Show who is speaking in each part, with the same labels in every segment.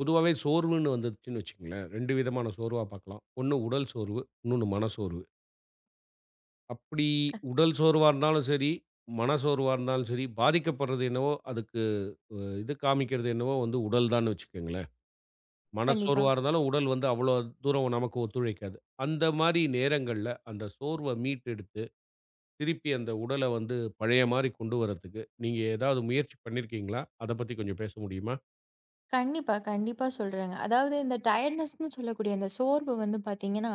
Speaker 1: பொதுவாவே சோர்வுன்னு வந்துருச்சுன்னு வச்சுக்கங்களேன், 2 விதமான சோர்வா பார்க்கலாம். ஒண்ணு உடல் சோர்வு, இன்னொன்னு மனசோர்வு. அப்படி உடல் சோர்வா இருந்தாலும் சரி, மனசோர்வா இருந்தாலும் சரி, பாதிக்கப்படுறது என்னவோ அதுக்கு இது காமிக்கிறது என்னவோ வந்து உடல் தான்னு வச்சுக்கங்களேன்.
Speaker 2: கண்டிப்பா.
Speaker 1: மனசோர்வா இருந்தாலும் உடல் வந்து அவ்வளோ தூரம் நமக்கு ஒத்துழைக்காது. அந்த மாரி நேரங்கள்ல அந்த சோர்வ மீட்டெடுத்து, திருப்பி அந்த உடல வந்து பழைய மாரி கொண்டு வரதுக்கு, நீங்க ஏதாவது முயற்சி பண்ணியிருக்கீங்களா? அத பத்தி கொஞ்சம் பேச முடியுமா?
Speaker 2: கண்டிப்பா, கண்டிப்பா சொல்றேங்க. அதாவது இந்த டயர்ட்னஸ்ன்னு சொல்லக்கூடிய அந்த சோர்வு வந்து பார்த்தீங்கன்னா,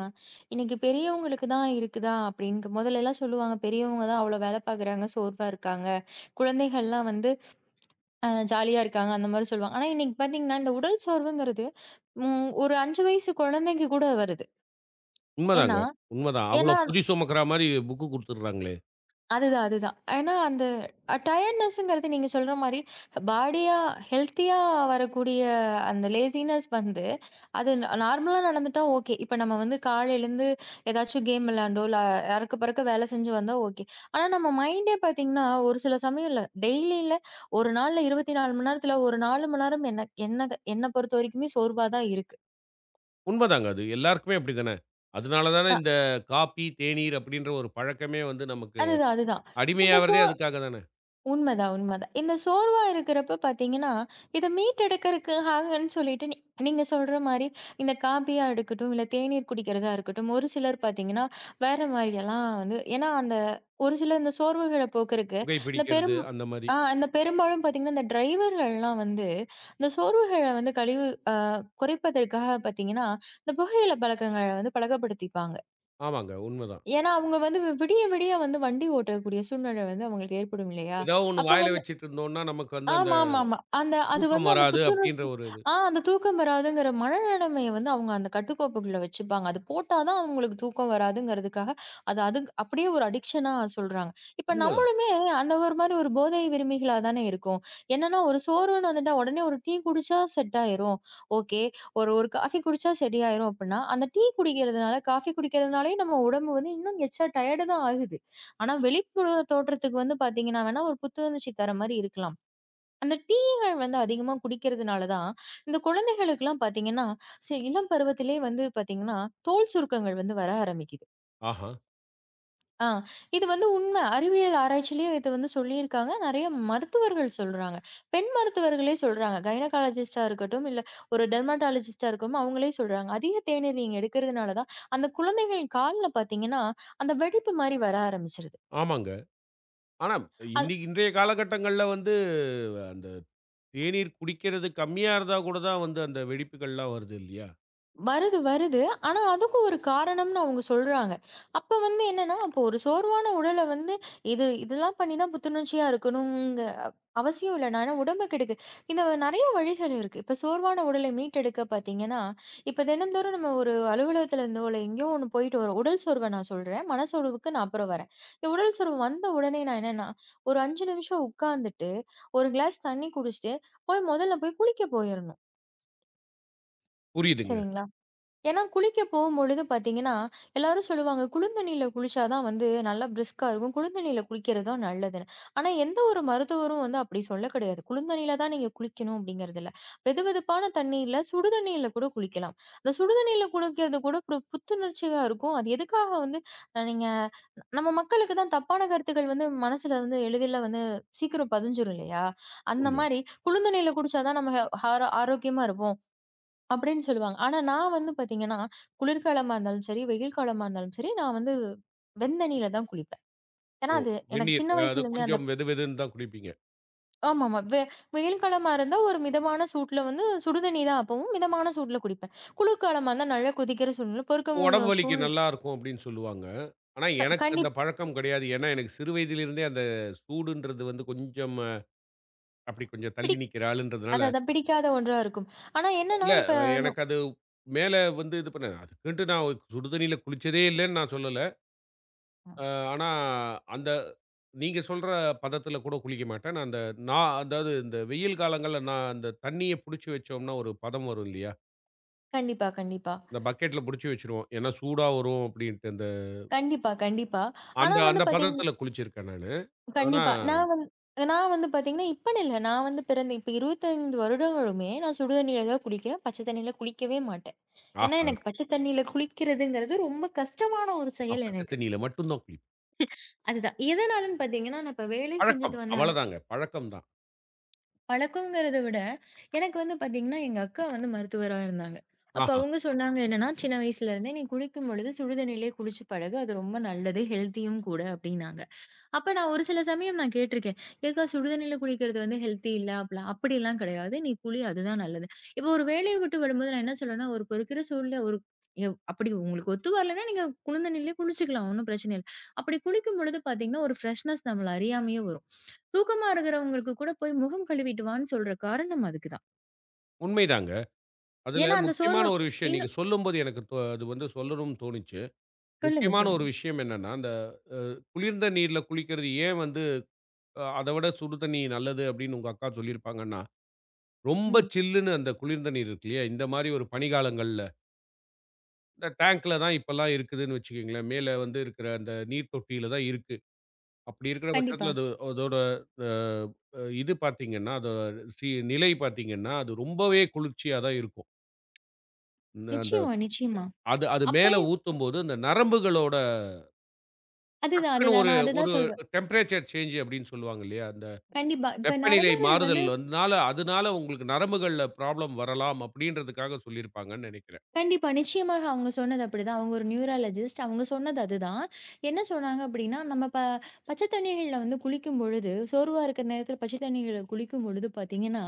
Speaker 2: இன்னைக்கு பெரியவங்களுக்கு தான் இருக்குதா அப்படின்னு முதல்லலாம் சொல்லுவாங்க, பெரியவங்க தான் அவ்வளோ வேலை பார்க்குறாங்க, சோர்வா இருக்காங்க. குழந்தைகள்லாம் வந்து ஜாலியா இருக்காங்க அந்த மாரி சொல்லுவாங்க. ஆனா இன்னைக்கு பார்த்தீங்கன்னா, இந்த உடல் சோர்வுங்கிறது ஒரு 5 வயசு குழந்தைக்கு கூட வருது. ஏன்னா
Speaker 1: உண்மதாங்க. உண்மதான். அவ்வளோ
Speaker 2: ஏன்னா
Speaker 1: பொதி சுமக்கிற மாரி புக்கு குடுத்துடுறாங்களே!
Speaker 2: அதுதான், அதுதான். ஏன்னா அந்த டயர்ட்னஸ்ங்கிறது நீங்க சொல்ற மாரி பாடியா, ஹெல்த்தியா வரக்கூடிய அந்த லேசினஸ் வந்து, அது நார்மலா நடந்துட்டா ஓகே. இப்ப நம்ம வந்து காலைல எழுந்து ஏதாச்சும் கேம் விளையாண்டோ, இல்ல அறக்க பறக்க வேலை செஞ்சு வந்தா ஓகே. ஆனா நம்ம மைண்டே பார்த்தீங்கன்னா, ஒரு சில சமயம் இல்ல டெய்லி இல்ல, ஒரு நாள்ல 24 மணி நேரத்துல ஒரு 4 மணி நேரம் என்ன என்ன என்ன பொறுத்த வரைக்குமே சோர்வா தான் இருக்கு.
Speaker 1: உண்மதாங்க அது. எல்லாருக்குமே அப்படித்தானே. அதனால தானே
Speaker 2: அ
Speaker 1: இந்த காப்பி, தேநீர் அப்படின்ற ஒரு பழக்கமே வந்து நமக்கு
Speaker 2: அதுதான், அதுதான். இந்த சோ
Speaker 1: அடிமையாவறதே அதுக்காக தானே.
Speaker 2: உண்மதான், உண்மதான். இந்த சோர்வா இருக்கிறப்ப பார்த்தீங்கன்னா, இத மீட்டெடுக்கிறதுக்காகன்னு சொல்லிட்டு நீங்க சொல்ற மாரி இந்த காபியா இருக்கட்டும், இல்ல தேநீர் குடிக்கிறதா இருக்கட்டும், ஒரு சிலர் பார்த்தீங்கன்னா, வேற மாரியெல்லாம் வந்து ஏன்னா அந்த ஒரு சிலர் இந்த சோர்வுகள போக்குறக்கு இந்த
Speaker 1: புகைப்பிடிக்கிறது
Speaker 2: பெரும்
Speaker 1: அந்த மாரி.
Speaker 2: இந்த பெரும்பாலும் பார்த்தீங்கன்னா, இந்த டிரைவர்கள்லாம் வந்து இந்த சோர்வுகள வந்து கழிவு அ குறைப்பதற்காக பார்த்தீங்கன்னா, இந்த புகையில பழக்கங்கள வந்து பழக்கப்படுத்திப்பாங்க.
Speaker 1: ஆமாங்க உண்மதான்.
Speaker 2: ஏன்னா, அவங்க வந்து விடிய விடிய வந்து வண்டி ஓட்டக்கூடிய சூழ்நிலை வந்து அவங்களுக்கு ஏற்படும் இல்லையா?
Speaker 1: ஏதோ ஒண்ணு
Speaker 2: அப்ப
Speaker 1: வாயில வச்சுட்டு இருந்தோம்னா, நமக்கு வந்து அந்த
Speaker 2: ஆமாமாமா. அந்த அது
Speaker 1: தூக்கம்
Speaker 2: வந்து அந்த
Speaker 1: வராது அப்படின்ற
Speaker 2: புத்துணர்ச்சி,
Speaker 1: ஒரு இது.
Speaker 2: அந்த தூக்கம் வராதுங்கிற மனநிலைமைய வந்து அவங்க அந்த கட்டுக்கோப்புக்குள்ள வச்சுப்பாங்க. அது போட்டா தான் அவங்களுக்கு தூக்கம் வராதுங்கிறதுக்காக, அது அதுக் அப்படியே ஒரு அடிக்ஷனா சொல்றாங்க. இப்ப
Speaker 1: உண்மதான்.
Speaker 2: நம்மளுமே அந்த ஒரு மாரி ஒரு போதை விரும்பிகளா தானே இருக்கோம். என்னன்னா ஒரு சோர்வுன்னு வந்துட்டா உடனே ஒரு டீ குடிச்சா செட் ஆயிரும். ஓகே. ஒரு ஒரு காஃபி குடிச்சா சரியாயிரும் அப்படின்னா, அந்த டீ குடிக்கிறதுனால, காஃபி குடிக்கிறதுனாலயும் நம்ம உடம்பு வந்து இன்னும் எக்ஸ்ட்ரா டயர்டு தான் ஆகுது. ஆனா வெளிப்புற தோற்றத்துக்கு வந்து பார்த்தீங்கன்னா வேணா ஒரு புத்துணர்ச்சி தர மாரி இருக்கலாம். அந்த டீகள் வந்து அதிகமா குடிக்கிறதுனால தான், இந்த குழந்தைகளுக்கெல்லாம் பார்த்தீங்கன்னா, இளம் பருவத்திலே வந்து பார்த்தீங்கன்னா, தோல் சுருக்கங்கள் வந்து வர ஆரம்பிக்குது.
Speaker 1: ஆஹா!
Speaker 2: ஆ இது வந்து உண்ம. அறிவியல் ஆராய்ச்சியிலயும் இது வந்து சொல்லியிருக்காங்க. நெறைய மருத்துவர்கள் சொல்றாங்க. பெண் மருத்துவர்களே சொல்றாங்க. கைனகாலஜிஸ்ட்டா இருக்கட்டும், இல்ல ஒரு டெர்மடாலஜிஸ்ட்டா இருக்கட்டும், அவங்களே சொல்றாங்க. அதிக தேநீர் நீங்க எடுக்கிறதுனால தான், அந்த குழந்தைகள் கால்ல பார்த்தீங்கன்னா, அந்த வெடிப்பு மாரி வர ஆரம்பிச்சுருது.
Speaker 1: ஆமாங்க. ஆனா இன்னைக்கு இன்றைய காலகட்டங்கள்ல வந்து அந்த தேநீர் குடிக்கிறது கம்மியா இருந்தா கூட தான் வந்து அந்த வெடிப்புகள்லாம் வருது இல்லையா?
Speaker 2: வருது, வருது. ஆனா அதுக்கும் ஒரு காரணம்னு அவங்க சொல்றாங்க. அப்ப வந்து என்னன்னா, அப்போ ஒரு சோர்வான உடல வந்து இதெல்லாம் பண்ணி தான் புத்துணர்ச்சியா இருக்கணுங்க அவசியம் இல்ல. நான் ஏன்னா உடம்புக்கு எடுக்கு இந்த நெறைய வழிகள் இருக்கு. இப்ப சோர்வான உடலை மீட்டெடுக்க பார்த்தீங்கன்னா, இப்ப தினம்தோறும் நம்ம ஒரு அலுவலகத்துல இருந்தோ, இல்ல எங்கேயோ ஒண்ணு போயிட்டு வரோம். உடல் சோர்வ நான் சொல்றேன். மனசோர்வுக்கு நான் அப்புறம் வரேன். இந்த உடல் சோர்வு வந்த உடனே நான் என்னன்னா, ஒரு 5 நிமிஷம் உட்கார்ந்துட்டு, ஒரு கிளாஸ் தண்ணி குடிச்சுட்டு, மொதல்ல போய் குளிக்க போயிரணும்.
Speaker 1: புரியுதுங்க.
Speaker 2: சரிங்களா? ஏன்னா, குளிக்க போகும்பொழுது பார்த்தீங்கன்னா, எல்லாரும் சொல்லுவாங்க, "குளுந்தண்ணீல குளிச்சா தான் வந்து நல்லா பிரிஸ்கா இருக்கும். குளுந்தண்ணீல குளிக்கிறது தான் நல்லதுன்னு." ஆனா, எந்த ஒரு மருத்துவரும் வந்து அப்படி சொல்ல கிடையாது. குளுந்தண்ணீல தான் நீங்க குளிக்கணும் அப்படிங்கிறதில்ல. வெதுவெதுப்பான தண்ணீர்ல சுடுதண்ணீல கூட குளிக்கலாம். அந்த சுடுதண்ணீல குளிக்கிறது கூட ஒரு புத்துணர்ச்சியா இருக்கும். அது எதுக்காக வந்து அ நீங்க நம்ம மக்களுக்கு தான் தப்பான கருத்துக்கள் வந்து மனசுல வந்து எளிதில வந்து சீக்கிரம் பதிஞ்சிரும் இல்லையா? அந்த
Speaker 1: உண்மை.
Speaker 2: மாரி குளுந்தண்ணீல குடிச்சா தான் நம்ம ஆரோ ஆரோக்கியமா இருப்போம் அப்படின்னு சொல்லுவாங்க. ஆனா நான் வந்து பார்த்தீங்கன்னா, குளிர்காலமா இருந்தாலும் சரி, வெயில் காலமா இருந்தாலும் சரி, நான் வந்து வெந்தண்ணீல தான் குளிப்பேன். ஏன்னா, அது எனக்கு
Speaker 1: வெந்நீர்
Speaker 2: சின்ன
Speaker 1: அது
Speaker 2: வயசுலேருந்தே அந்த
Speaker 1: கொஞ்சம் வெது வெதுன்னு தான் குடிப்பீங்க.
Speaker 2: ஆமாமா. வெயில் காலமா இருந்தா ஒரு மிதமான சூட்ல வந்து சுடுதண்ணி தான் அப்பவும் மிதமான சூட்ல குடிப்பேன். குளிர்காலமா இருந்தா நல்லா கொதிக்கிற சூழ்நிலை,
Speaker 1: உடம்பு
Speaker 2: பொறுக்கமுங்கிற
Speaker 1: வலிக்கு
Speaker 2: சூழ்
Speaker 1: நல்லாருக்கும் அப்படின்னு சொல்லுவாங்க. ஆனா,
Speaker 2: க
Speaker 1: எனக்கு
Speaker 2: கண்டி
Speaker 1: அந்த பழக்கம் கிடையாது. ஏன்னா, எனக்கு சிறு வயதிலிருந்தே அந்த சூடுன்றது வந்து கொஞ்சம் அப்படி கொஞ்சம் தள்ளி
Speaker 2: பிடிக்
Speaker 1: நிக்கிற ஆளுன்றதுனால,
Speaker 2: அதான் அதான் பிடிக்காத ஒன்றா இருக்கும். ஆனா என்னன்னா,
Speaker 1: இல்ல
Speaker 2: இப்ப நொ
Speaker 1: எனக்கு அது மேல வந்து இது பண்ண அதுக்குன்ட்டு நான் சுடு தண்ணீல குளிச்சதே இல்லன்னு நான் சொல்லல. அ ஆனா, அந்த நீங்க சொல்ற பதத்துல கூட குளிக்க மாட்டேன். நான் அந்த நான் அதாவது இந்த வெயில் காலங்கள்ல நான் அந்த தண்ணிய புடிச்சு வச்சோம்னா ஒரு பதம் வரும் இல்லையா?
Speaker 2: கண்டிப்பா, கண்டிப்பா.
Speaker 1: இந்த பக்கெட்ல புடிச்சு வச்சுருவோம். ஏன்னா, சூடா வரும் அப்படின்ட்டு அந்த
Speaker 2: கண்டிப்பா, கண்டிப்பா. ஆனா
Speaker 1: அந்த
Speaker 2: வந்து
Speaker 1: அந்த
Speaker 2: பார்த்தீங்கன்னா
Speaker 1: பதத்துல குளிச்சிருக்கேன் நானு. ஆனா
Speaker 2: கண்டிப்பா. நான் வந்து பார்த்தீங்கன்னா, இப்பன்னு இல்ல. நான் வந்து பிறந்த இப்ப 25 வருடங்களுமே நான் சுடு தண்ணீல தான் குளிக்கிறேன். பச்சை தண்ணீல குளிக்கவே மாட்டேன். ஏன்னா, எனக்கு பச்சை தண்ணீல குளிக்கிறதுங்கிறது ரொம்ப கஷ்டமான ஒரு
Speaker 1: நான்
Speaker 2: செயல்
Speaker 1: பச்ச
Speaker 2: எனக்கு.
Speaker 1: தண்ணீல மட்டும் தான் குளிப்பேன்.
Speaker 2: அதுதான். எதனாலன்னு பார்த்தீங்கன்னா, நான் இப்ப வேலை
Speaker 1: பழக்கம்.
Speaker 2: செஞ்சுட்டு வந்த
Speaker 1: அவ்வளதாங்க. பழக்கம் தான்.
Speaker 2: பழக்கங்கிறத விட, எனக்கு வந்து பார்த்தீங்கன்னா, எங்க அக்கா வந்து மருத்துவரா இருந்தாங்க. அப்ப
Speaker 1: ஆஹா.
Speaker 2: அவங்க சொன்னாங்க என்னன்னா, "சின்ன வயசுல இருந்தே நீ குளிக்கும் பொழுது சுடு தண்ணீலயே குளிச்சு பழகு. அது ரொம்ப நல்லது. ஹெல்த்தியும் கூட" அப்படின்னாங்க. அப்ப நான் ஒரு சில சமயம் கேட்டிருக்கேன். "ஏக்கா சுடுதண்ணீல குளிக்கிறது வந்து ஹெல்த்தி இல்ல." அப்பலாம் அப்படிலாம் கிடையாது. நீ குளி அதுதான் நல்லது. இப்போ ஒரு வேலைய விட்டு வரும்போது நான் என்ன சொல்றேன்னா, ஒரு பொறுக்கிற சூழ்நிலை ஒரு அப்படி உங்களுக்கு ஒத்து வரலன்னா, நீங்க குளிர்ந்த நீர்லயே குளிச்சுக்கலாம். ஒண்ணும் பிரச்சனை இல்ல. அப்படி குளிக்கும் பொழுது பார்த்தீங்கன்னா, ஒரு ஃப்ரெஷ்னஸ் நம்மள அறியாமயே வரும். தூக்கமா இருக்கிறவங்களுக்கு கூட போய் முகம் கழுவிட்டு வான்னு சொல்ற காரணம் அதுக்கு தான்.
Speaker 1: உண்மைதாங்க. அதுல
Speaker 2: ஏன்னா அந்த
Speaker 1: முக்கியமான
Speaker 2: சோர்வு
Speaker 1: ஒரு விஷயம் நீங்க
Speaker 2: இன்னும்
Speaker 1: சொல்லும்போது எனக்கு தோ அது வந்து சொல்லணும்னு தோணுச்சு.
Speaker 2: சொல்லுங்க,
Speaker 1: முக்கியமான ஒரு
Speaker 2: சொல்லுங்க.
Speaker 1: விஷயம் என்னன்னா, அந்த குளிர்ந்த நீர்ல குளிக்கிறது ஏன் வந்து அத விட சுடு தண்ணி நல்லது அப்படின்னு உங்க அக்கா சொல்லியிருப்பாங்கன்னா, ரொம்ப
Speaker 2: ம்.
Speaker 1: சில்லுன்னு அந்த குளிர்ந்த நீர் இருக்கு இல்லையா? இந்த மாரி ஒரு பனிகாலங்கள்ல, இந்த டேங்க்ல தான் இப்பல்லாம் இருக்குதுன்னு வச்சுக்கங்களேன். மேல வந்து இருக்கிற அந்த நீர் தொட்டியில தான் இருக்கு. அப்படி இருக்கிற
Speaker 2: கண்டிப்பா.
Speaker 1: பட்சத்தில அது அதோட அ இது பார்த்தீங்கன்னா, அது நிலை பார்த்தீங்கன்னா, அது ரொம்பவே குளிர்ச்சியா தான் இருக்கும். அந்த
Speaker 2: நிச்சயமா, நிச்சயமா.
Speaker 1: அது அது
Speaker 2: அப்ப
Speaker 1: மேல ஊத்தும்போது, அந்த நரம்புகளோட
Speaker 2: அதுதான்,
Speaker 1: டக்குனு
Speaker 2: அதுதான்.
Speaker 1: ஒரு
Speaker 2: நான்
Speaker 1: ஒரு
Speaker 2: அதுதான் சொல்றேன்.
Speaker 1: டெம்பரேச்சர் சேஞ்ச் அப்படின்னு சொல்லுவாங்க இல்லையா? அந்த
Speaker 2: கண்டிப்பா. இப்ப
Speaker 1: வெப்பநிலை
Speaker 2: நரம்புகள் வந்து
Speaker 1: மாறுதல் வந்தனால, அதனால உங்களுக்கு நரம்புகள்ல ப்ராப்ளம் வரலாம் அப்படின்றதுக்காக சொல்லியிருப்பாங்கன்னு நெனைக்கிறேன்.
Speaker 2: கண்டிப்பா. நிச்சயமாக அவங்க சொன்னது அப்படிதான். அவங்க ஒரு நியூராலஜிஸ்ட். அவங்க சொன்னது அதுதான். என்ன சொன்னாங்க அப்படின்னா, நம்ம பச்சை தண்ணீகள்ல வந்து குளிக்கும்பொழுது, சோர்வா இருக்கிற நேரத்தில பச்சை தண்ணீகள்ல குளிக்கும்பொழுது பார்த்தீங்கன்னா,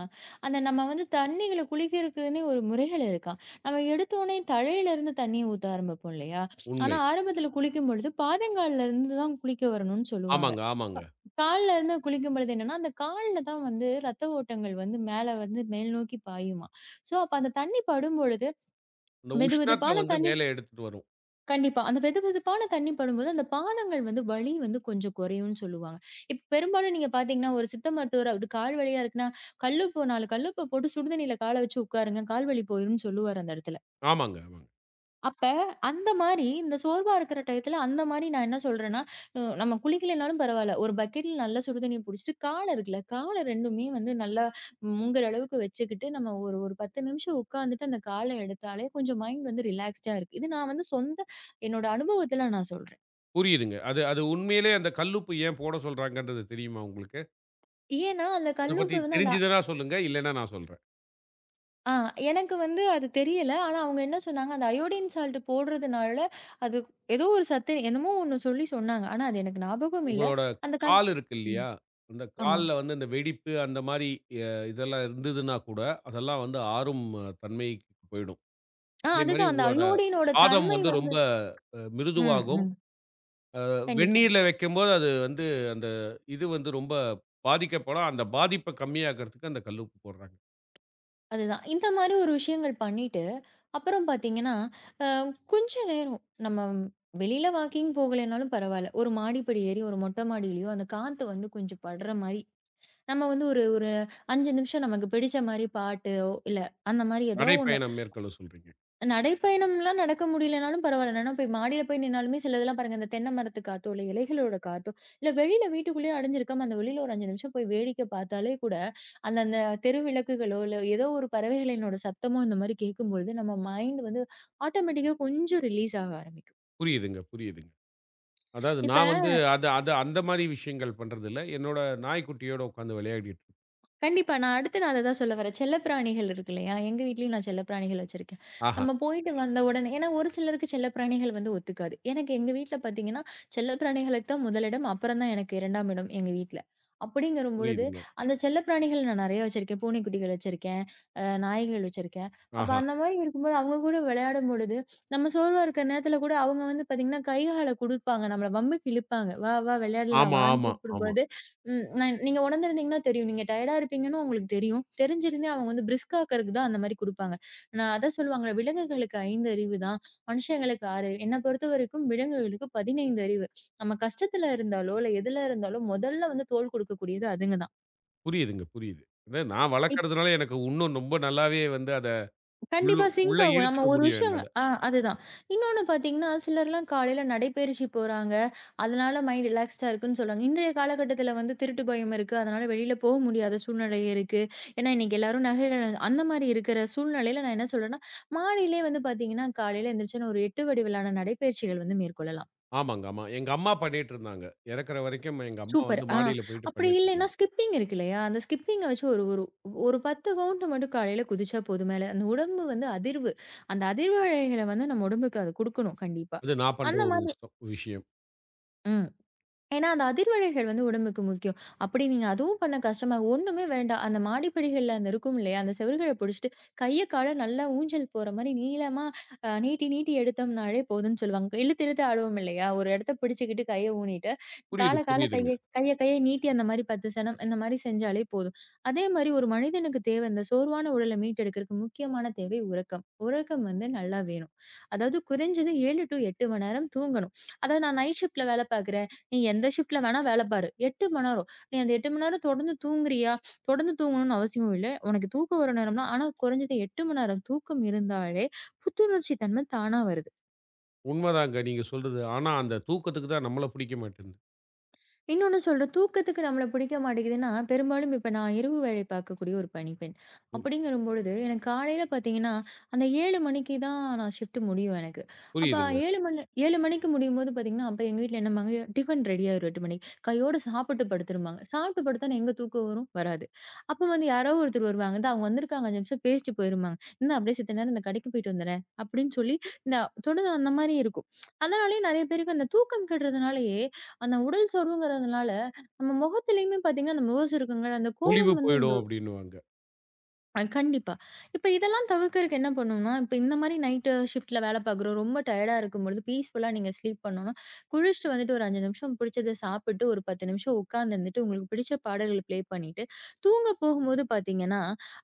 Speaker 2: அந்த நம்ம வந்து தண்ணீகள குளிக்கிறதுக்குன்னே ஒரு முறைகள் இருக்காம். நம்ம எடுத்தோனே தலையிலேருந்து தண்ணீய ஊத்த ஆரம்பிப்போம் இல்லையா? ஆனா
Speaker 1: உண்மை.
Speaker 2: ஆரம்பத்தில குளிக்கும்பொழுது பாதங்கால்ல இருந்து தான் குளிக்க வரணும்னு சொல்லுவாங்க.
Speaker 1: ஆமாங்க, ஆமாங்க.
Speaker 2: கால்ல இருந்து குளிக்கும்பொழுது என்னன்னா, அந்த கால்ல தான் வந்து ரத்த ஓட்டங்கள் வந்து மேல வந்து மேல் நோக்கி பாயுமாம். ஸோ, அப்ப அந்த தண்ணி படும்பொழுது
Speaker 1: அந்த உஷ்ணத்த
Speaker 2: வெதுவெதுப்பான
Speaker 1: வந்து
Speaker 2: தண்ணி
Speaker 1: மேல எடுத்துட்டு வரும்.
Speaker 2: கண்டிப்பா. அந்த வெதுவெதுப்பான தண்ணி படும்போது, அந்த பாதங்கள் வந்து வலி வந்து கொஞ்சம் குறையும்னு சொல்லுவாங்க. இப்ப பெரும்பாலும் நீங்க பார்த்தீங்கன்னா, ஒரு சித்த மருத்துவர் அவரு கால் வலியா இருக்குன்னா, கல்லுப்பு 4 கல்லுப்ப போட்டு சுடுதண்ணீல கால வச்சு உட்காருங்க. கால் வலி போயிரும்னு சொல்லுவாரு அந்த இடத்துல.
Speaker 1: ஆமாங்க, ஆமாங்க.
Speaker 2: அப்ப அந்த மாரி இந்த சோர்வா இருக்கிற டயத்துல அந்த மாரி நான் என்ன சொல்றேன்னா, நம்ம குளிக்கலைனாலும் பரவால்ல. ஒரு பக்கெட்ல நல்லா சுடுதண்ணீய புடிச்சுட்டு கால இருக்குல்ல, கால 2மே வந்து நல்லா முங்குற அளவுக்கு வச்சுக்கிட்டு, நம்ம ஒரு ஒரு 10 நிமிஷம் உட்காந்துட்டு அந்த கால எடுத்தாலே கொஞ்சம் மைண்ட் வந்து ரிலாக்ஸ்டா இருக்கு. இது நான் வந்து என்னோட அனுபவத்துல நான் சொல்றேன்.
Speaker 1: புரியுதுங்க. அது அது உண்மையிலே அந்த கல்லுப்பு ஏன் போட சொல்றாங்கன்றது தெரியுமா உங்களுக்கு?
Speaker 2: ஏன்னா, அந்த
Speaker 1: அத பத்தி
Speaker 2: கல்லுப்பு வந்து அந்த
Speaker 1: தெரிஞ்சதுன்னா சொல்லுங்க. இல்லன்னா நான் சொல்றேன்.
Speaker 2: ஆ எனக்கு வந்து அது தெரியல. ஆனா அவங்க என்ன சொன்னாங்க, அந்த அயோடின் சால்ட் போடுறதுனால அது ஏதோ ஒரு சத்து என்னமோ ஒண்ணு சொல்லி சொன்னாங்க. ஆனா அது எனக்கு ஞாபகம் இல்ல.
Speaker 1: உங்களோட
Speaker 2: அந்த கல்
Speaker 1: கால் இருக்கு இல்லையா? அந்த
Speaker 2: ஆமா.
Speaker 1: கால்ல வந்து இந்த வெடிப்பு அந்த மாரி அ இதெல்லாம் இருந்ததுன்னா கூட, அதெல்லாம் வந்து ஆறும் தன்மைக்கு போயிடும். அதே மாரி
Speaker 2: அதுதான் அந்த
Speaker 1: உங்களோட
Speaker 2: அயோடினோட
Speaker 1: பாதம்
Speaker 2: தன்மை
Speaker 1: வந்து
Speaker 2: வந்து
Speaker 1: ரொம்ப
Speaker 2: ம்,
Speaker 1: மிருதுவாகும்.
Speaker 2: ம். கண்டிப்பா.
Speaker 1: வெந்நீர்ல வைக்கும்போது அது வந்து அந்த இது வந்து ரொம்ப பாதிக்கப்படும். அந்த பாதிப்ப கம்மியாக்குறதுக்கு அந்த கல்லுப்பு போடுறாங்க.
Speaker 2: அதுதான். இந்த மாரி ஒரு விஷயங்கள் பண்ணிட்டு, அப்புறம் பார்த்தீங்கன்னா, அ கொஞ்ச நேரம் நம்ம வெளியில வாக்கிங் போகலைனாலும் பரவால்ல. ஒரு மாடிப்படி ஏறி ஒரு மொட்டை மாடியிலயோ, அந்த காத்து வந்து கொஞ்சம் படுற மாரி, நம்ம வந்து ஒரு ஒரு 5 நிமிஷம் நமக்கு பிடிச்ச மாரி பாட்டோ, இல்ல அந்த மாரி ஏதோ
Speaker 1: நடைப்பயணம் மேற்கொள்ள சொல்றீங்க.
Speaker 2: நடைப்பயணம்லாம் நடக்க முடியலனாலும் பரவால்ல. நானா போய் மாடியில போய் நின்னாலுமே சிலதெல்லாம் பாருங்க, அந்த தென்னை மரத்து காத்தோ, இல்ல இலைகளோட காத்தோ, இல்ல வெளியில வீட்டுக்குள்ளேயே அடைஞ்சிருக்காம, அந்த வெளியில ஒரு 5 நிமிஷம் போய் வேடிக்கை பார்த்தாலே கூட, அந்த அந்த தெரு விளக்குகளோ, இல்ல ஏதோ ஒரு பறவைகளினோட சத்தமோ இந்த மாரி கேட்கும்பொழுது, நம்ம மைண்ட் வந்து ஆட்டோமேட்டிக்கா கொஞ்சம் ரிலீஸ் ஆக ஆரம்பிக்கும்.
Speaker 1: புரியுதுங்க, புரியுதுங்க. அதாவது
Speaker 2: இப்ப
Speaker 1: நான் வந்து அது அது அந்த மாரி விஷயங்கள் பண்றதில்ல. என்னோட நாய்க்குட்டியோட உட்காந்து விளையாடிட்டு இருக்கும்.
Speaker 2: கண்டிப்பா. நான் அததான் சொல்ல வரேன். செல்லப்பிராணிகள் இருக்கு இல்லையா? எங்க வீட்லயும் நான் செல்லப்பிராணிகள் வச்சிருக்கேன்.
Speaker 1: ஆஹா!
Speaker 2: நம்ம போயிட்டு வந்த உடனே ஏன்னா ஒரு சிலருக்கு செல்லப்பிராணிகள் வந்து ஒத்துக்காது. எனக்கு எங்க வீட்ல பார்த்தீங்கன்னா, செல்லப்பிராணிகளுக்கு தான் முதலிடம். அப்புறம் தான் எனக்கு 2ஆம் இடம் எங்க வீட்ல. அப்படிங்கிற பொழுது,
Speaker 1: புரியுதுங்க.
Speaker 2: அந்த செல்லப்பிராணிகள் நான் நெறைய வச்சிருக்கேன். பூனைக்குட்டிகள் வச்சிருக்கேன். நாய்கள் வச்சிருக்கேன். அப்ப
Speaker 1: ஆஹா.
Speaker 2: அந்த மாரி இருக்கும்போது, அவங்க கூட விளையாடும்பொழுது, நம்ம சோர்வா இருக்கிற நேரத்துல கூட அவங்க வந்து பார்த்தீங்கன்னா, கை, கால குடுப்பாங்க. நம்மள வம்புக்கு இழுப்பாங்க. "வா, வா விளையாடலாம்
Speaker 1: ஆமா,
Speaker 2: வான்னு"
Speaker 1: ஆமா, ஆமா.
Speaker 2: கூப்பிடும்போது ம். நான் நீங்க உணர்ந்திருந்தீங்கன்னா தெரியும். நீங்க டயர்டா இருப்பீங்கன்னு உங்களுக்கு தெரியும். தெரிஞ்சிருந்தே அவங்க வந்து பிரிஸ்க் ஆக்குறதுக்கு தான் அந்த மாரி குடுப்பாங்க. நான் அதான் சொல்லுவாங்கல்ல, "விலங்குகளுக்கு 5 அறிவு தான். மனுஷங்களுக்கு 6 அறிவு." என்ன பொறுத்தவரைக்கும் விலங்குகளுக்கு 15 அறிவு. நம்ம கஷ்டத்துல இருந்தாலோ, இல்ல எதுல இருந்தாலோ, முதல்ல வந்து தோள் குடுக்கக்கூடியது அதுங்க
Speaker 1: புரியுதுங்க, புரியுது. இது நான்
Speaker 2: தான்.
Speaker 1: வளர்க்கறதுனால எனக்கு இன்னும் ரொம்ப நல்லாவே வந்து அத உள்ளு
Speaker 2: கண்டிப்பா சிங்க்
Speaker 1: உள்ள
Speaker 2: ஆகும். நம்ம
Speaker 1: இழுத்துக்க
Speaker 2: ஒரு
Speaker 1: முடியும்
Speaker 2: விஷயம்
Speaker 1: என்னால.
Speaker 2: ஆ அதுதான். இன்னொன்னு பார்த்தீங்கன்னா, சிலர்லாம் காலையில நடைப்பயிற்சி போறாங்க. அதனால மைண்ட் ரிலாக்ஸ்டா இருக்குன்னு சொல்றாங்க. இன்றைய காலகட்டத்தில வந்து திருட்டு பயம் இருக்கு. அதனால வெளியில போக முடியாத சூழ்நிலை இருக்கு. ஏன்னா, இன்னைக்கு எல்லாரும் நகையில அந்த மாரி இருக்கிற சூழ்நிலையில நான் என்ன சொல்றேன்னா, மாடியிலேயே வந்து பார்த்தீங்கன்னா, காலையில எந்திரிச்சோன ஒரு 8 வடி விழான நடைப்பயிற்சிகள் வந்து மேற்கொள்ளலாம்.
Speaker 1: ஆமாங்க, ஆமா. எங்க அம்மா பண்ணிட்டுருந்தாங்க. இறக்குற வரைக்கும் எங்க அம்மா
Speaker 2: சூப்பர்.
Speaker 1: வந்து மாடியில போயிட்டு
Speaker 2: அப்படி இல்லைன்னா,
Speaker 1: பண்ணிட்டுருந்தாங்க.
Speaker 2: ஸ்கிப்பிங் இருக்கு இல்லையா? அந்த ஸ்கிப்பிங்க வச்சு ஒரு ஒரு ஒரு 10 கவுண்ட் மட்டும் காலையில குதிச்சா போதும் மேல. அந்த உடம்பு வந்து அதிர்வு. அந்த அதிர்வு அலைகள வந்து நம்ம உடம்புக்கு அது குடுக்கணும் கண்டிப்பா.
Speaker 1: அது நான் பண்ற
Speaker 2: அந்த
Speaker 1: ஒரு
Speaker 2: மாரி
Speaker 1: விஷயம் விஷயம்.
Speaker 2: ம். ஏன்னா, அந்த அதிர்வலைகள் வந்து உடம்புக்கு முக்கியம். அப்படி நீங்க அதுவும் பண்ண கஷ்டமா ஒண்ணுமே வேண்டாம். அந்த மாடிப்படிகள்ல அந்த இருக்கும் இல்லையா? அந்த செவுர்கள புடிச்சுட்டு கைய, கால நல்லா ஊஞ்சல் போற மாரி நீளமா நீட்டி, நீட்டி எடுத்தோம்னாலே போதும்ன்னு சொல்லுவாங்க. இழுத்து, இழுத்து ஆடுவோம் இல்லையா? ஒரு இடத்த பிடிச்சுக்கிட்டு கைய ஊனிட்டு, கால,
Speaker 1: புரியுது,
Speaker 2: கால
Speaker 1: புரியுதுங்க.
Speaker 2: கைய கைய கைய நீட்டி அந்த மாரி 10 சனம் இந்த மாரி செஞ்சாலே போதும். அதே மாரி ஒரு மனிதனுக்கு தேவை இந்த சோர்வான உடல மீட்டெடுக்கிறதுக்கு முக்கியமான தேவை உறக்கம். உறக்கம் வந்து நல்லா வேணும். அதாவது குறைஞ்சது 7 டூ 8 மணி நேரம் தூங்கணும். அதாவது நான் நைட் ஷிஃப்ட்ல வேல பார்க்குறேன். நீ எந்த ஷிஃப்ட்ல வேணா வேலை பாரு. 8 மணி நேரம். நீ அந்த 8 மணி நேரம் தொடர்ந்து தூங்குறியா? தொடர்ந்து தூங்கணும்னு அவசியம் இல்ல. உனக்கு தூக்கம் வர நேரம்னா ஆனா குறைஞ்சது 8 மணி நேரம் தூக்கம் இருந்தாலே புத்துணர்ச்சி தன்மை தானா வருது.
Speaker 1: உண்மதாங்க நீங்க சொல்றது. ஆனா, அந்த தூக்கத்துக்கு தான் நம்மள புடிக்க மாட்டேன்து.
Speaker 2: இன்னொன்னு சொல்றேன். தூக்கத்துக்கு நம்மள பிடிக்க மாட்டேங்குதுன்னா, பெரும்பாலும் இப்ப நான் இரவு வேலை பார்க்கக்கூடிய ஒரு பணிப்பெண்.
Speaker 1: ம்.
Speaker 2: அப்படிங்கிறபொழுது, எனக்கு காலையில பார்த்தீங்கன்னா, அந்த 7 மணிக்கு தான் நான் ஷிஃப்ட் முடியும் எனக்கு. அப்ப
Speaker 1: புரியுதுங்க.
Speaker 2: 7 மணிக்கு முடியும்போது பார்த்தீங்கன்னா, அப்ப எங்க வீட்ல என்னம்பாங்க, டிஃபன் ரெடி ஆயிரும் 8 மணிக்கு. கையோட சாப்பிட்டு படுத்துருவாங்க. சாப்பிட்டு படுத்தா எங்க தூக்கம் வரும்? வராது. அப்ப வந்து யாரோ ஒருத்தர் வருவாங்க. "இந்தா அவங்க வந்திருக்காங்க 5 நிமிஷம் பேசிட்டு போயிரும்பாங்க. இந்தா அப்படியே செத்த நேரம் இந்த கடைக்கு போயிட்டு வந்துடுறேன்" அப்படின்னு சொல்லி, இந்த தொடர்ந்து அந்த மாரி இருக்கும். அதனாலேயே நெறைய பேருக்கு அந்த தூக்கம் கெடுறதுனாலயே, அந்த உடல் சோர்வுங்கிறதுனால, நம்ம முகத்திலயுமே பார்த்தீங்கன்னா, அந்த முகசுருக்கங்கள், அந்த
Speaker 1: "பொலிவு
Speaker 2: கோவம் வந்து அந்த
Speaker 1: போயிடும்" அப்படின்னுவாங்க.
Speaker 2: கண்டிப்பா. இப்ப இதெல்லாம் தவிர்க்கறக்கு என்ன பண்ணணும்னா, இப்ப இந்த மாரி நைட்டு ஷிஃப்ட்ல வேலை பார்க்குறோம். ரொம்ப டயர்டா இருக்கும்பொழுது, பீஸ்ஃபுல்லா நீங்க ஸ்லீப் பண்ணணும்னா, குளிச்சுட்டு வந்துட்டு ஒரு 5 நிமிஷம் புடிச்சத சாப்பிட்டு, ஒரு 10 நிமிஷம் உட்கார்ந்திருந்துட்டு, உங்களுக்கு பிடிச்ச பாடல்கள் ப்ளே பண்ணிட்டு, தூங்க போகும்போது பார்த்தீங்கன்னா,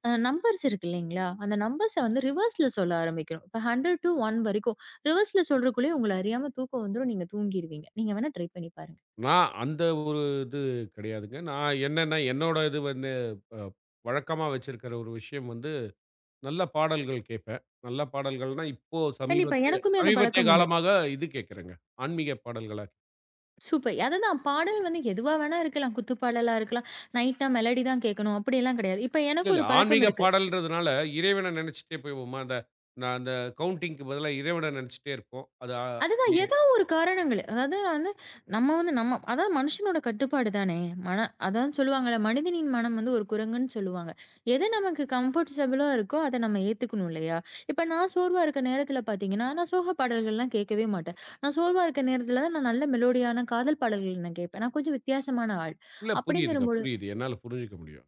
Speaker 2: நம்பர்ஸ் இருக்கு இல்லைங்களா? அந்த நம்பர்ஸ வந்து ரிவர்ஸ்ல சொல்ல ஆரம்பிக்கணும். இப்ப 100 டூ 1 வரைக்கும் ரிவர்ஸ்ல சொல்றதுக்குள்ளயே உங்கள அறியாம தூக்கம் வந்துரும். நீங்க தூங்கிருவீங்க. நீங்க வேணா ட்ரை பண்ணி பாருங்க.
Speaker 1: நான் அந்த ஒரு இது கிடையாதுங்க. நான் என்னன்னா, என்னோட இது வந்து அ வழக்கமா வச்சிருக்கிற ஒரு விஷயம் வந்து நல்ல பாடல்கள் கேட்பேன். நல்ல பாடல்கள்னா, இப்போ
Speaker 2: கண்டிப்பா.
Speaker 1: சமீபத்திய
Speaker 2: எனக்குமே அந்த
Speaker 1: சமீபத்திய
Speaker 2: பழக்கம் உண்டு.
Speaker 1: காலமாக இது கேட்கிறேங்க. ஆன்மீக பாடல்களா
Speaker 2: சூப்பர். அதுதான் பாடல் வந்து எதுவா வேணா இருக்கலாம். குத்துப்பாடலா இருக்கலாம். நைட்னா மெலடி தான் கேட்கணும். அப்படியெல்லாம் கிடையாது. இப்ப
Speaker 1: இல்ல,
Speaker 2: எனக்கு
Speaker 1: இல்ல.
Speaker 2: ஒரு பழக்கம்
Speaker 1: ஆன்மீக
Speaker 2: இருக்கு.
Speaker 1: பாடல்ன்றதுனால, இறைவன நெனச்சுட்டே போவோமா, அந்த நான் அந்த கவுண்டிங்க்கு பதிலா இறைவன நெனச்சுட்டே இருப்போம். அது
Speaker 2: அதுதான்
Speaker 1: அப்படியே
Speaker 2: ஏதோ ஒரு காரணங்கள். அதாவது நான் வந்து நம்ம வந்து நம்ம அதாவது மனுஷனோட கட்டுப்பாடு தானே. அதான் சொல்லுவாங்கல்ல, மனிதனின் மனம் வந்து ஒரு குரங்குன்னு சொல்லுவாங்க. எது நமக்கு கம்ஃபர்டபுளா இருக்கோ அத நம்ம ஏத்துக்கணும் இல்லையா? இப்ப நான் சோர்வா இருக்க நேரத்துல பார்த்தீங்கன்னா, நான் சோக பாடல்கள்லாம் கேட்கவே மாட்டேன். நான் சோர்வா இருக்க நேரத்துல தான் நான் நல்ல மெலோடியான காதல் பாடல்கள் நான் கேட்பேன். நான் கொஞ்சம் வித்தியாசமான ஆள்.
Speaker 1: இல்ல புரியுதுங்க,
Speaker 2: அப்படிங்கிறபொழுது
Speaker 1: புரியுது. என்னால புரிஞ்சுக்க முடியும்.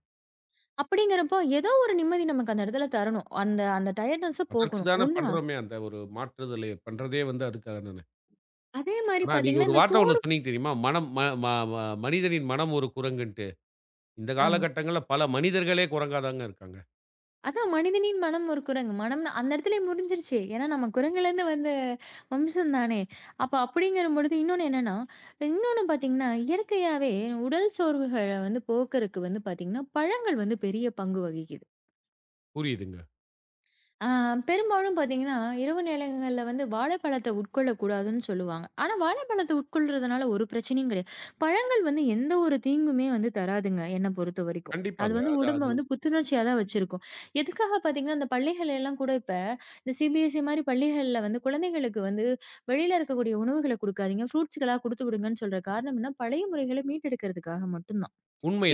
Speaker 2: அப்படிங்கிறப்போ, ஏதோ ஒரு நிம்மதி நமக்கு அந்த இடத்துல தரணும். அந்த அந்த டயர்ட்னஸ
Speaker 1: அதற்கு
Speaker 2: போக்கணும்.
Speaker 1: தான பண்றோமே, அந்த ஒரு மாற்றுதலை பண்றதே வந்து அதுக்காக தானே.
Speaker 2: அதே மாரி
Speaker 1: ஆனா நீங்க
Speaker 2: பார்த்தீங்கன்னா,
Speaker 1: ஒரு
Speaker 2: இந்த சோ
Speaker 1: வார்த்த ஒண்ணு சொன்னீங்க தெரியுமா? மனம் ம ம ம மனிதனின் மனம் ஒரு குரங்குன்ட்டு. இந்த
Speaker 2: ஆமா.
Speaker 1: காலகட்டங்கள்ல பல மனிதர்களே குரங்கா தாங்க இருக்காங்க.
Speaker 2: அதான் மனிதனின் மனம் ஒரு குரங்கு. மனம்னு அந்த இடத்துலயே முடிஞ்சிருச்சு. ஏன்னா நம்ம குரங்குலேருந்து வந்த வம்சம் தானே. அப்ப அப்படிங்கிற பொழுது இன்னொன்னு என்னன்னா, இன்னொன்னு பார்த்தீங்கன்னா, இயற்கையாவே உடல் சோர்வுகள வந்து போக்குறக்கு வந்து பார்த்தீங்கன்னா, பழங்கள் வந்து பெரிய பங்கு வகிக்குது.
Speaker 1: புரியுதுங்க.
Speaker 2: ஆ, பெரும்பாலும் பார்த்தீங்கன்னா, இரவு நேரங்கள்ல வந்து வாழைப்பழத்தை உட்கொள்ளக்கூடாதுன்னு சொல்லுவாங்க. ஆனா, வாழைப்பழத்தை உட்கொள்றதுனால ஒரு பிரச்சனையும் கிடையாது. பழங்கள் வந்து எந்த ஒரு தீங்குமே வந்து தராதுங்க, என்ன பொறுத்தவரைக்கும். அது
Speaker 1: கண்டிப்பாங்க.
Speaker 2: வந்து
Speaker 1: அது
Speaker 2: உடம்ப
Speaker 1: அது
Speaker 2: வந்து புத்துணர்ச்சியா தான் வச்சிருக்கும். எதுக்காக பார்த்தீங்கன்னா, இந்த பள்ளிகள் எல்லாம் கூட இப்ப இந்த சிபிஎஸ்இ மாரி பள்ளிகள்ல வந்து குழந்தைகளுக்கு வந்து வெளியில இருக்கக்கூடிய உணவுகள குடுக்காதீங்க, ஃப்ரூட்ஸ்களா குடுத்து விடுங்கன்னு சொல்ற காரணம் என்ன, பழைய முறைகள மீட்டெடுக்கிறதுக்காக மட்டும் தான்.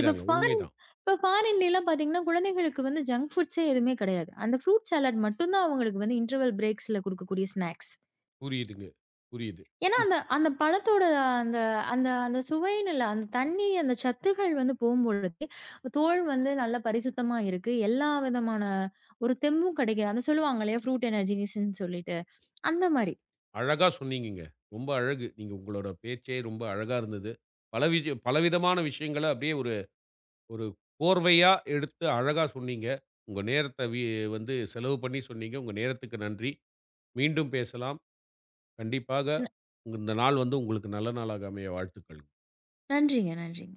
Speaker 2: இப்ப ஃபாரின்
Speaker 1: உண்மைதான்.
Speaker 2: இப்ப ஃபாரின்லலாம் பார்த்தீங்கன்னா, குழந்தைகளுக்கு வந்து ஜங்க் ஃபுட்ஸே எதுவுமே கிடையாது. அந்த ஃப்ரூட் சாலட் மட்டும் தான் அவங்களுக்கு வந்து இன்டர்வல் பிரேக்ஸ்ல குடுக்கக்கூடிய ஸ்நாக்ஸ்.
Speaker 1: புரியுதுங்க, புரியுது.
Speaker 2: ஏன்னா, அந்த அந்த பழத்தோட அந்த அந்த அந்த சுவைன்னு இல்ல. அந்த தண்ணி, அந்த சத்துகள் வந்து போம்பொழுது, தோல் வந்து நல்லா பரிசுத்தமா இருக்கு. எல்லா விதமான ஒரு தெம்பும் கிடைக்குது. அத சொல்லுவாங்க இல்லையா, ஃப்ரூட் எனர்ஜிஸ்ன்னு சொல்லிட்டு. அந்த மாரி.
Speaker 1: அழகா சொன்னீங்கங்க. ரொம்ப அழகு. நீங்க உங்களோட பேச்சே ரொம்ப அழகா இருந்தது. பலவிதமான விஷயங்கள அப்படியே ஒரு ஒரு கோர்வையா எடுத்து அழகா சொன்னீங்க. உங்க நேரத்த வந்து செலவு பண்ணி சொன்னீங்க. உங்க நேரத்துக்கு நன்றி. மீண்டும் பேசலாம். கண்டிப்பாக
Speaker 2: ந
Speaker 1: உங்க இந்த நாள் வந்து உங்களுக்கு நல்ல நாளாக அமைய வாழ்த்துக்கள்.
Speaker 2: நன்றிங்க, நன்றிங்க.